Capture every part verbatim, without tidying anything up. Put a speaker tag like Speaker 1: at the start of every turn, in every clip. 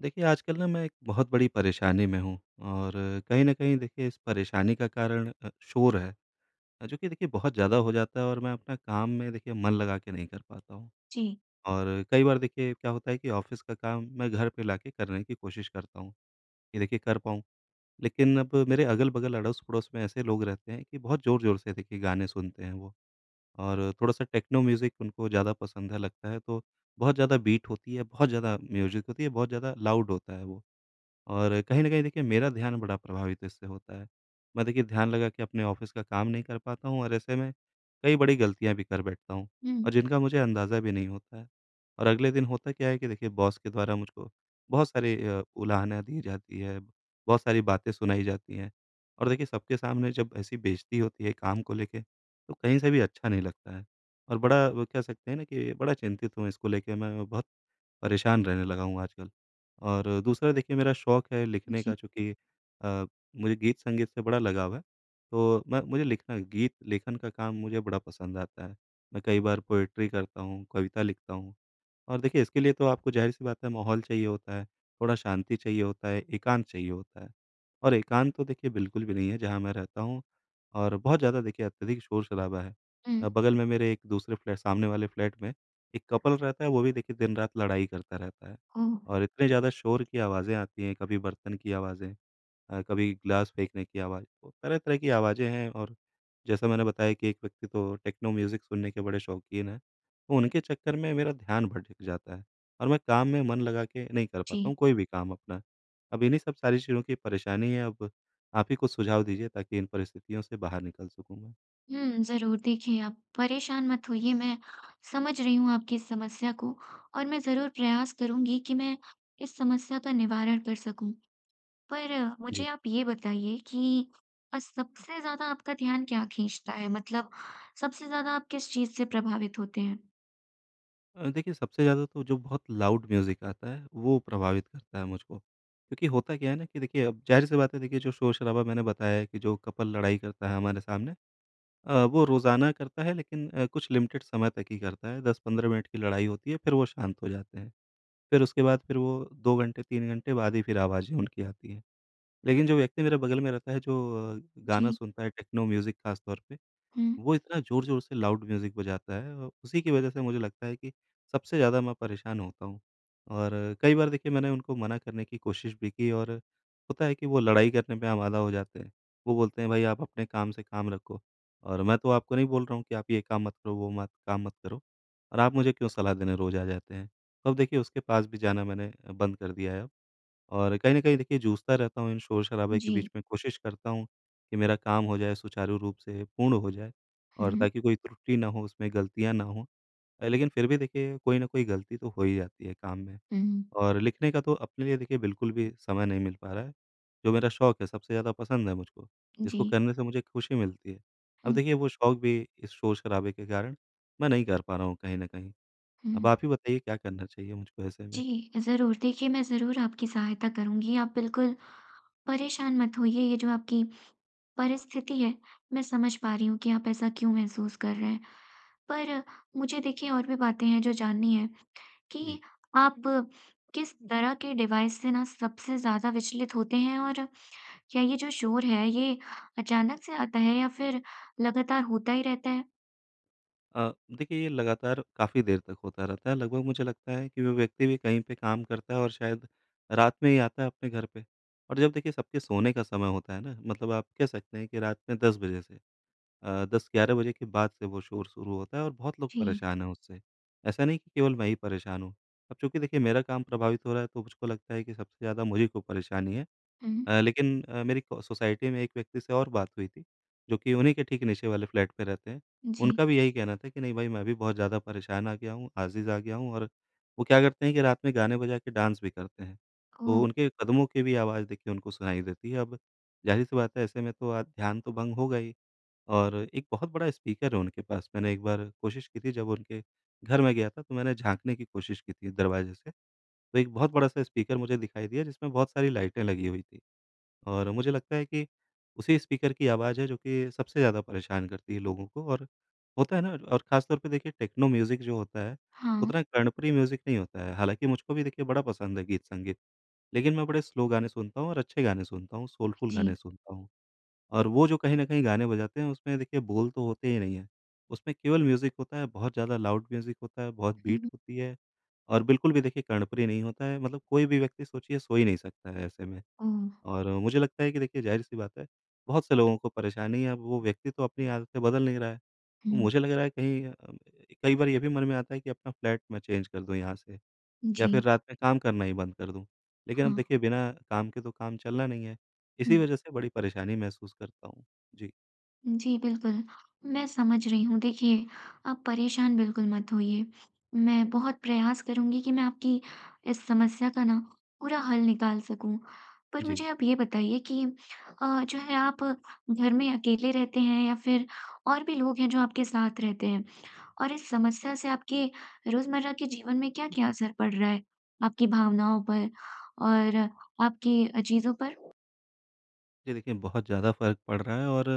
Speaker 1: देखिए, आजकल ना मैं एक बहुत बड़ी परेशानी में हूँ, और कहीं न कहीं देखिए इस परेशानी का कारण अ, शोर है, अ, जो कि देखिए बहुत ज़्यादा हो जाता है और मैं अपना काम में देखिए मन लगा के नहीं कर पाता हूँ।
Speaker 2: जी।
Speaker 1: और कई बार देखिए क्या होता है कि ऑफ़िस का काम मैं घर पे लाके करने की कोशिश करता हूँ, कि देखिए कर पाऊँ। लेकिन अब मेरे अगल-बगल, अड़ोस-पड़ोस में ऐसे लोग रहते हैं कि बहुत ज़ोर-ज़ोर से देखिए गाने सुनते हैं वो, और थोड़ा-सा टेक्नो म्यूज़िक उनको ज़्यादा पसंद है लगता है, तो बहुत ज़्यादा बीट होती है, बहुत ज़्यादा म्यूज़िक होती है, बहुत ज़्यादा लाउड होता है वो। और कहीं न कहीं देखिए मेरा ध्यान बड़ा प्रभावित इससे होता है। मैं देखिए ध्यान लगा के अपने ऑफ़िस का काम नहीं कर पाता हूँ, और ऐसे में कई बड़ी गलतियाँ भी कर बैठता हूँ
Speaker 2: हुँ।
Speaker 1: और जिनका मुझे अंदाज़ा भी नहीं होता है। और अगले दिन होता क्या है कि देखिए बॉस के द्वारा मुझको बहुत सारी अ, उलाहना दी जाती है, बहुत सारी बातें सुनाई जाती हैं। और देखिए सबके सामने जब ऐसी बेइज़्ज़ती होती है काम को लेके, तो कहीं से भी अच्छा नहीं लगता है। और बड़ा वो कह सकते हैं ना कि बड़ा चिंतित हूँ इसको लेके, मैं बहुत परेशान रहने लगा हूँ आजकल। और दूसरा देखिए मेरा शौक है लिखने
Speaker 2: जी।
Speaker 1: का, चूँकि अ, मुझे गीत संगीत से बड़ा लगाव है, तो मैं मुझे लिखना गीत लेखन का काम मुझे बड़ा पसंद आता है। मैं कई बार पोएट्री करता हूँ, कविता लिखता हूँ, और देखिए इसके लिए तो आपको ज़ाहिर-सी बात है माहौल चाहिए होता है, थोड़ा शांति चाहिए होता है, एकांत चाहिए होता है, और एकांत तो देखिए बिल्कुल भी नहीं है जहाँ मैं रहता हूँ, और बहुत ज़्यादा देखिए अत्यधिक शोर-शराबा है।
Speaker 2: हुँ।
Speaker 1: अ, बगल में मेरे एक दूसरे फ्लैट, सामने वाले फ्लैट में एक कपल रहता है, वो भी देखिए दिन-रात लड़ाई करता रहता है।
Speaker 2: ओह!
Speaker 1: और इतने ज़्यादा शोर की आवाज़ें आती हैं, कभी बर्तन की आवाज़ें, अ, कभी ग्लास फेंकने की आवाज़, तो तरह-तरह की आवाज़ें हैं। और जैसा मैंने बताया कि एक व्यक्ति तो टेक्नो म्यूज़िक सुनने के बड़े शौकीन हैं, तो उनके चक्कर में मेरा ध्यान भटक जाता है और मैं काम में मन लगा के नहीं कर पाता
Speaker 2: जी।
Speaker 1: हूँ कोई भी काम अपना। अब इन्हीं सब सारी चीज़ों की परेशानी है, अब आप ही कुछ सुझाव दीजिए ताकि इन परिस्थितियों से बाहर निकल सकूँ मैं।
Speaker 2: हुँ, ज़रूर देखिए, आप परेशान मत होइए। मैं समझ रही हूँ आपकी इस समस्या को और मैं ज़रूर प्रयास करूँगी कि मैं इस समस्या का निवारण कर सकूँ। पर अ,
Speaker 1: जी।
Speaker 2: मुझे आप ये बताइए कि अ, सबसे ज़्यादा आपका ध्यान क्या खींचता है? मतलब सबसे ज़्यादा आप किस चीज़ से प्रभावित होते हैं?
Speaker 1: अ, देखिए सबसे ज़्यादा तो जो बहुत लाउड म्यूज़िक आता है वो प्रभावित करता है मुझको। क्योंकि होता क्या है ना कि देखिए, अब ज़ाहिर-सी बात है देखिए, जो शोर-शराबा मैंने बताया है कि जो कपल लड़ाई करता है हमारे सामने, अ, वो रोज़ाना करता है, लेकिन अ, कुछ लिमिटेड समय तक ही करता है। दस पंद्रह मिनट की लड़ाई होती है, फिर वो शांत हो जाते हैं। फिर उसके बाद फिर वो दो घंटे तीन घंटे बाद ही फिर आवाज़ें उनकी आती हैं। लेकिन जो व्यक्ति मेरे बगल में रहता है, जो अ, गाना
Speaker 2: जी।
Speaker 1: सुनता है टेक्नो म्यूज़िक ख़ास तौर पे,
Speaker 2: हुँ।
Speaker 1: वो इतना ज़ोर-ज़ोर से लाउड म्यूज़िक बजाता है, और उसी की वजह से मुझे लगता है कि सबसे ज़्यादा मैं परेशान होता हूँ। और कई बार देखिए मैंने उनको मना करने की कोशिश भी की, और होता है कि वो लड़ाई करने पे आमादा हो जाते हैं। वो बोलते हैं, भाई आप अपने काम से काम रखो, और मैं तो आपको नहीं बोल रहा हूँ कि आप ये काम मत करो, वो मत काम मत करो, और आप मुझे क्यों सलाह देने रोज़ आ जाते हैं। तो अब देखिए उसके पास भी जाना मैंने बंद कर दिया है, और कहीं न कहीं देखिए जूझता रहता हूँ इन शोर-शराबे के
Speaker 2: जी।
Speaker 1: बीच में, कोशिश करता हूँ कि मेरा काम हो जाए सुचारू रूप से, पूर्ण हो जाए,
Speaker 2: हुँ,
Speaker 1: और
Speaker 2: हुँ।
Speaker 1: ताकि कोई त्रुटि ना हो उसमें, गलतियाँ ना हों। अ, लेकिन फिर भी देखिए कोई न कोई गलती तो हो ही जाती है काम में,
Speaker 2: हुँ।
Speaker 1: और लिखने का तो अपने लिए देखिए बिल्कुल भी समय नहीं मिल पा रहा है। जो मेरा शौक है, सबसे ज़्यादा पसंद है मुझको,
Speaker 2: जी।
Speaker 1: जिसको करने से मुझे खुशी मिलती है। अब
Speaker 2: हुँ,
Speaker 1: देखिए वो शौक भी इस शोर-शराबे के कारण मैं नहीं कर पा रहा हूँ कहीं न कहीं। अब
Speaker 2: हुँ।
Speaker 1: आप ही बताइए क्या करना चाहिए मुझको ऐसे में?
Speaker 2: जी, ज़रूर। देखिए, मैं ज़रूर आपकी सहायता करूँगी। आप बिल्कुल परेशान मत होइए। ये जो आपकी परिस्थिति है, मैं समझ पा रही हूँ कि आप ऐसा क्यों महसूस कर रहे हैं। पर मुझे देखिए, और भी बातें हैं जो जाननी है
Speaker 1: जी।
Speaker 2: कि आप किस तरह के डिवाइस से ना सबसे ज़्यादा विचलित होते हैं और क्या ये जो शोर है, ये अचानक से आता है या फिर लगातार होता ही रहता है?
Speaker 1: अ, देखिए ये लगातार काफ़ी देर तक होता रहता है। लगभग मुझे लगता है कि वो व्यक्ति भी कहीं पे काम करता है, और शायद रात में ही आता है अपने घर पे। और जब देखिए सबके सोने का समय होता है ना, मतलब आप कह सकते हैं कि रात में दस बजे से, अ, दस ग्यारह बजे के बाद से वो शोर शुरू होता है, और बहुत लोग
Speaker 2: जी।
Speaker 1: परेशान हैं उससे। ऐसा नहीं कि केवल मैं ही परेशान हूँ। अब चूँकि देखिए मेरा काम प्रभावित हो रहा है, तो मुझको लगता है कि सबसे ज़्यादा मुझी को परेशानी है।
Speaker 2: हुँ,
Speaker 1: अ, लेकिन अ, मेरी को सोसाइटी में एक व्यक्ति से और बात हुई थी, जो कि उन्हीं के ठीक नीचे वाले फ्लैट पे रहते हैं।
Speaker 2: जी।
Speaker 1: उनका भी यही कहना था कि नहीं भाई, मैं भी बहुत ज़्यादा परेशान आ गया हूँ, आज़िज़ आ गया हूँ, और वो क्या करते हैं कि रात में गाने बजा के डांस भी करते हैं। तो
Speaker 2: ओह!
Speaker 1: उनके कदमों की भी आवाज़ देखिए उनको सुनाई देती है। अब ज़ाहिर-सी बात है, ऐसे में तो आज ध्यान तो भंग होगा ही, और एक बहुत बड़ा स्पीकर है उनके पास। मैंने एक बार कोशिश की थी, जब उनके घर में गया था तो मैंने झाँकने की कोशिश की थी दरवाज़े से, तो एक बहुत बड़ा-सा स्पीकर मुझे दिखाई दिया जिसमें बहुत सारी लाइटें लगी हुई थी। और मुझे लगता है कि उसी स्पीकर की आवाज़ है जो कि सबसे ज़्यादा परेशान करती है लोगों को, और होता है ना, और ख़ास तौर पे देखिए टेक्नो म्यूज़िक जो होता है,
Speaker 2: हाँ,
Speaker 1: उतना कर्णप्रिय म्यूज़िक नहीं होता है। हालाँकि मुझको भी देखिए बड़ा पसंद है गीत संगीत, लेकिन मैं बड़े स्लो गाने सुनता हूँ और अच्छे गाने सुनता हूँ, सोलफुल
Speaker 2: जी।
Speaker 1: गाने सुनता हूँ। और वो जो कहीं न कहीं गाने बजाते हैं उसमें देखिए बोल तो होते ही नहीं हैं, उसमें केवल म्यूज़िक होता है, बहुत ज़्यादा लाउड म्यूज़िक होता है, बहुत बीट
Speaker 2: हुँ,
Speaker 1: होती है, और बिल्कुल भी देखिए कर्णप्रिय नहीं होता है। मतलब कोई भी व्यक्ति सोचिए सो ही नहीं सकता है ऐसे में।
Speaker 2: ओह!
Speaker 1: और मुझे लगता है कि देखिए ज़ाहिर-सी बात है, बहुत से लोगों को परेशानी है, अब वो व्यक्ति तो अपनी आदतें बदल नहीं रहा है। तो
Speaker 2: हुँ,
Speaker 1: मुझे लग रहा है कहीं, अ, कई बार ये भी मन में आता है कि अपना फ्लैट मैं चेंज कर दूँ यहाँ से, या फिर
Speaker 2: जी,
Speaker 1: रात में काम करना ही बंद कर दूँ। लेकिन अब
Speaker 2: हाँ।
Speaker 1: देखिए बिना काम के तो काम चलना नहीं है। इसी
Speaker 2: हुँ।
Speaker 1: वजह से बड़ी परेशानी महसूस करता हूँ। जी,
Speaker 2: जी, बिल्कुल। मैं समझ रही हूँ। देखिए, आप परेशान बिल्कुल मत होइए। मैं बहुत प्रयास करूँगी कि मैं आपकी इस समस्या का ना पूरा हल निकाल सकूँ। पर
Speaker 1: जी।
Speaker 2: मुझे आप ये बताइए कि अ, जो है, आप घर में अकेले रहते हैं या फिर और भी लोग हैं जो आपके साथ रहते हैं? और इस समस्या से आपके रोज़मर्रा के जीवन में क्या-क्या असर पड़ रहा है? आपकी भावनाओं पर और आपकी अ, चीज़ों पर?
Speaker 1: जी देखिए, बहुत ज़्यादा फ़र्क पड़ रहा है, और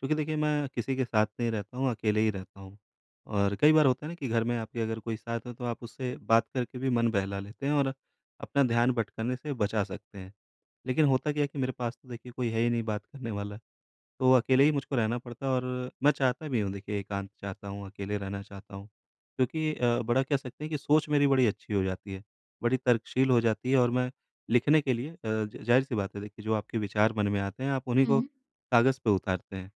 Speaker 1: चूँकि देखिए मैं किसी के साथ नहीं रहता हूँ, अकेले ही रहता हूँ। और कई बार होता है ना कि घर में आपके अगर कोई साथ हो, तो आप उससे बात करके भी मन बहला लेते हैं और अपना ध्यान भटकाने से बचा सकते हैं। लेकिन होता क्या है कि मेरे पास तो देखिए कोई है ही नहीं बात करने वाला। तो अकेले ही मुझको रहना पड़ता है, और मैं चाहता भी हूँ देखिए, एकांत चाहता हूँ, अकेले रहना चाहता हूँ। क्योंकि अ, बड़ा कह सकते हैं कि सोच मेरी बड़ी अच्छी हो जाती है, बड़ी तर्कशील हो जाती है, और मैं लिखने के लिए, अ, ज ज़ाहिर-सी बात है देखिए, जो आपके विचार मन में आते हैं, आप उन्हीं को
Speaker 2: हुँ,
Speaker 1: कागज़ पे उतारते हैं।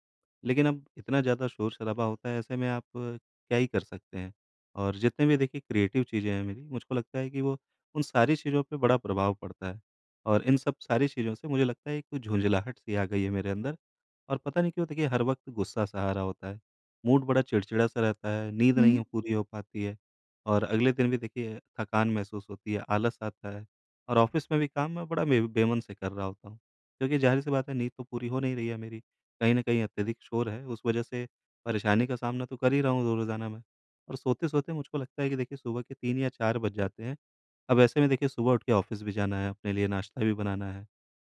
Speaker 1: लेकिन अब इतना ज़्यादा शोर-शराबा होता है, ऐसे में आप अ, क्या ही कर सकते हैं? और जितने भी देखिए क्रिएटिव चीज़ें हैं मेरी, मुझको लगता है कि वो उन सारी चीज़ों पे बड़ा प्रभाव पड़ता है। और इन सब सारी चीज़ों से मुझे लगता है एक झुँझलाहट-सी आ गई है मेरे अंदर, और पता नहीं क्यों देखिए हर वक़्त गुस्सा-सा आ रहा होता है। मूड बड़ा चिड़चिड़ा-सा रहता है, नींद
Speaker 2: हुँ।
Speaker 1: नहीं हो पूरी हो पाती है, और अगले दिन भी देखिए थकान महसूस होती है, आलस आता है, और ऑफ़िस में भी काम मैं बड़ा बे बेमन से कर रहा होता हूँ। क्योंकि ज़ाहिर-सी बात है, नींद तो पूरी हो नहीं रही है मेरी, कहीं न कहीं अत्यधिक शोर है, उस वजह से परेशानी का सामना तो कर ही रहा हूँ रो रोज़ाना मैं। और सोते-सोते मुझको लगता है कि देखिए सुबह के तीन या चार बज जाते हैं। अब ऐसे में देखिए सुबह उठ के ऑफ़िस भी जाना है, अपने लिए नाश्ता भी बनाना है।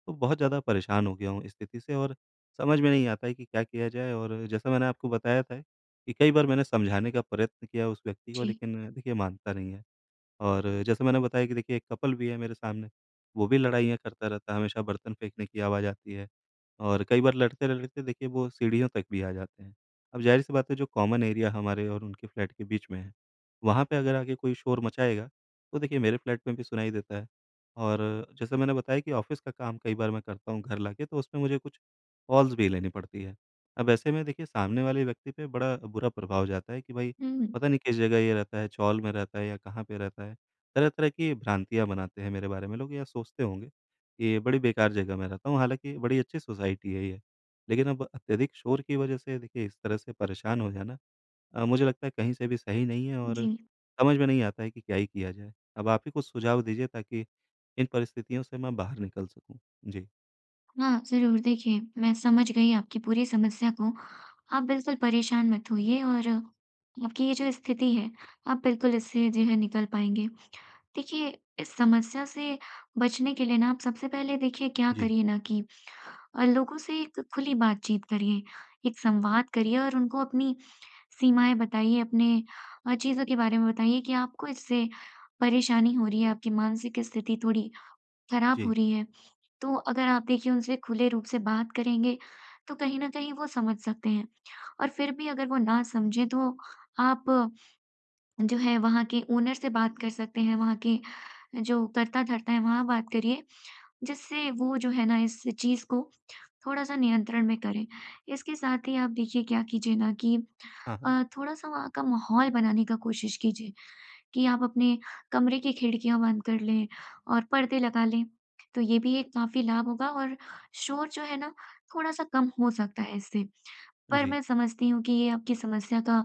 Speaker 1: तो बहुत ज़्यादा परेशान हो गया हूँ इस स्थिति से, और समझ में नहीं आता है कि क्या किया जाए, और जैसा मैंने आपको बताया था कि कई बार मैंने समझाने का प्रयत्न किया उस व्यक्ति को,
Speaker 2: जी।
Speaker 1: लेकिन देखिए मानता नहीं है। और जैसे मैंने बताया कि देखिए एक कपल भी है मेरे सामने, वो भी लड़ाइयाँ करता रहता है, हमेशा बर्तन फेंकने की आवाज़ आती है, और कई बार लड़ते-लड़ते देखिए वो सीढ़ियों तक भी आ जाते हैं। अब ज़ाहिर-सी बात है, जो कॉमन एरिया हमारे और उनके फ्लैट के बीच में है, वहाँ पे अगर आके कोई शोर मचाएगा, तो देखिए मेरे फ्लैट में भी सुनाई देता है, और जैसे मैंने बताया कि ऑफ़िस का काम कई बार मैं करता हूँ घर लाके, तो उसमें मुझे कुछ कॉल्स भी लेनी पड़ती है। अब ऐसे में देखिए सामने वाले व्यक्ति पे बड़ा बुरा प्रभाव जाता है कि भाई,
Speaker 2: हुँ,
Speaker 1: पता नहीं किस जगह ये रहता है, चौल में रहता है या कहाँ पे रहता है। तरह-तरह की भ्रांतियाँ बनाते हैं मेरे बारे में लोग, या सोचते होंगे कि बड़ी बेकार जगह में रहता हूँ, हालाँकि बड़ी अच्छी सोसाइटी है ये। लेकिन अब अत्यधिक शोर की वजह से देखिए इस तरह से परेशान हो जाना, अ, मुझे लगता है कहीं से भी सही नहीं है,
Speaker 2: जी।
Speaker 1: और समझ में नहीं आता है कि क्या ही किया जाए। अब आप ही कुछ सुझाव दीजिए ताकि इन परिस्थितियों से मैं बाहर निकल सकूँ। जी,
Speaker 2: हाँ, ज़रूर। देखिए, मैं समझ गई आपकी पूरी समस्या को। आप बिल्कुल परेशान मत होइए और आपकी ये जो स्थिति है, आप बिल्कुल इससे जो है निकल पाएँगे। देखिए, इस समस्या से बचने के लिए ना आप सबसे पहले देखिए, क्या
Speaker 1: जी,
Speaker 2: करिए ना कि अ, लोगों से एक खुली बातचीत करिए, एक संवाद करिए और उनको अपनी सीमाएँ बताइए, अपने अ, चीज़ों के बारे में बताइए कि आपको इससे परेशानी हो रही है, आपकी मानसिक स्थिति थोड़ी खराब हो
Speaker 1: जी।
Speaker 2: रही है। तो अगर आप देखिए उनसे खुले रूप से बात करेंगे, तो कहीं न कहीं वो समझ सकते हैं। और फिर भी अगर वो ना समझें, तो आप जो है वहाँ के ओनर से बात कर सकते हैं, वहाँ के जो कर्ता-धर्ता है वहाँ बात करिए, जिससे वो जो है ना इस चीज़ को थोड़ा-सा नियंत्रण में करें। इसके साथ ही आप देखिए क्या कीजिए ना कि
Speaker 1: हाँ, हाँ।
Speaker 2: अ, थोड़ा-सा वहाँ का माहौल बनाने का कोशिश कीजिए। कि आप अपने कमरे की खिड़कियाँ बंद कर लें और पर्दे लगा लें। तो ये भी एक काफ़ी लाभ होगा और शोर जो है ना थोड़ा-सा कम हो सकता है इससे। पर
Speaker 1: जी,
Speaker 2: मैं समझती हूँ कि ये आपकी समस्या का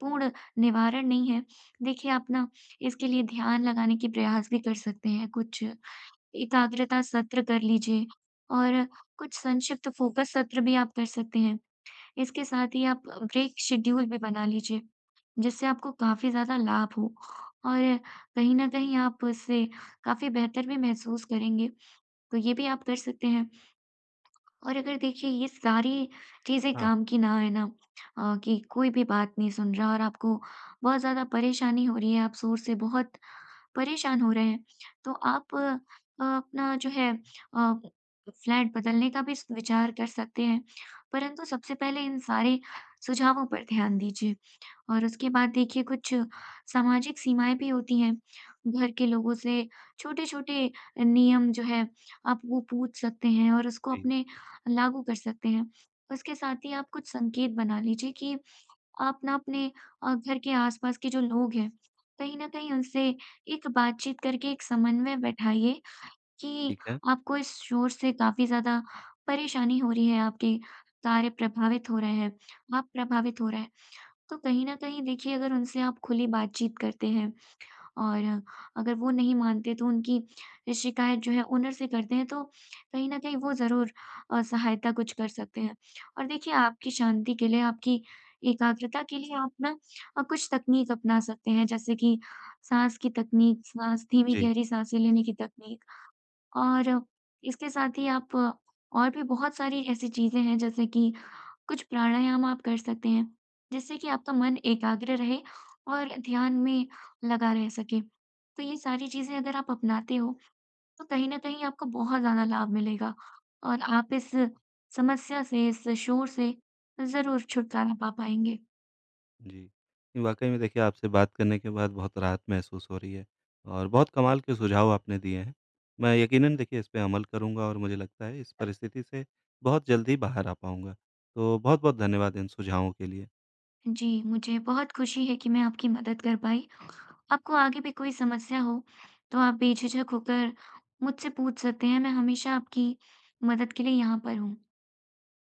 Speaker 2: पूर्ण निवारण नहीं है। देखिए, आप ना इसके लिए ध्यान लगाने की प्रयास भी कर सकते हैं। कुछ एकाग्रता सत्र कर लीजिए और कुछ संक्षिप्त फ़ोकस सत्र भी आप कर सकते हैं। इसके साथ ही आप ब्रेक शेड्यूल भी बना लीजिए, जिससे आपको काफ़ी ज़्यादा लाभ हो और कहीं न कहीं आप उससे काफ़ी बेहतर भी महसूस करेंगे, तो ये भी आप कर सकते हैं। और अगर देखिए ये सारी चीज़ें
Speaker 1: हाँ,
Speaker 2: काम की ना आए ना, अ, कि कोई भी बात नहीं सुन रहा और आपको बहुत ज़्यादा परेशानी हो रही है, आप शोर से बहुत परेशान हो रहे हैं, तो आप अ, अपना जो है अ, फ्लैट बदलने का भी विचार कर सकते हैं, परंतु सबसे पहले इन सारे सुझावों पर ध्यान दीजिए। और उसके बाद देखिए, कुछ सामाजिक सीमाएँ भी होती हैं, घर के लोगों से छोटे-छोटे नियम जो है आप वो पूछ सकते हैं और उसको
Speaker 1: जी,
Speaker 2: अपने लागू कर सकते हैं। उसके साथ ही आप कुछ संकेत बना लीजिए कि आप ना अपने अ, घर के आसपास के जो लोग हैं, कहीं न कहीं उनसे एक बातचीत करके एक समन्वय बैठाइए कि
Speaker 1: ठीक है।
Speaker 2: आपको इस शोर से काफ़ी ज़्यादा परेशानी हो रही है, आपके कार्य प्रभावित हो रहे हैं, आप प्रभावित हो रहे हैं। तो कहीं न कहीं देखिए, अगर उनसे आप खुली बातचीत करते हैं और अगर वो नहीं मानते तो उनकी शिकायत जो है ओनर से करते हैं, तो कहीं न कहीं वो ज़रूर अ, सहायता कुछ कर सकते हैं। और देखिए, आपकी शांति के लिए, आपकी एकाग्रता के लिए आप ना अ, कुछ तकनीक अपना सकते हैं जैसे कि साँस की तकनीक, साँस धीमी
Speaker 1: जी।
Speaker 2: गहरी साँसें लेने की तकनीक। और इसके साथ ही आप अ, और भी बहुत सारी ऐसी चीज़ें हैं जैसे कि कुछ प्राणायाम आप कर सकते हैं, जिससे कि आपका मन एकाग्र रहे और ध्यान में लगा रह सके। तो ये सारी चीज़ें अगर आप अपनाते हो, तो कहीं न कहीं आपको बहुत ज़्यादा लाभ मिलेगा और आप इस समस्या से, इस शोर से ज़रूर छुटकारा पा पाएँगे।
Speaker 1: जी। वाक़ई में देखिए आपसे बात करने के बाद बहुत राहत महसूस हो रही है, और बहुत कमाल के सुझाव आपने दिए हैं। मैं यकीनन देखिए इस पे अमल करूँगा, और मुझे लगता है इस परिस्थिति से बहुत जल्दी बाहर आ पाऊँगा। तो बहुत-बहुत धन्यवाद इन सुझावों के लिए।
Speaker 2: जी, मुझे बहुत खुशी है कि मैं आपकी मदद कर पाई। आपको आगे भी कोई समस्या हो, तो आप बेझिझक होकर मुझसे पूछ सकते हैं। मैं हमेशा आपकी मदद के लिए यहाँ पर हूँ।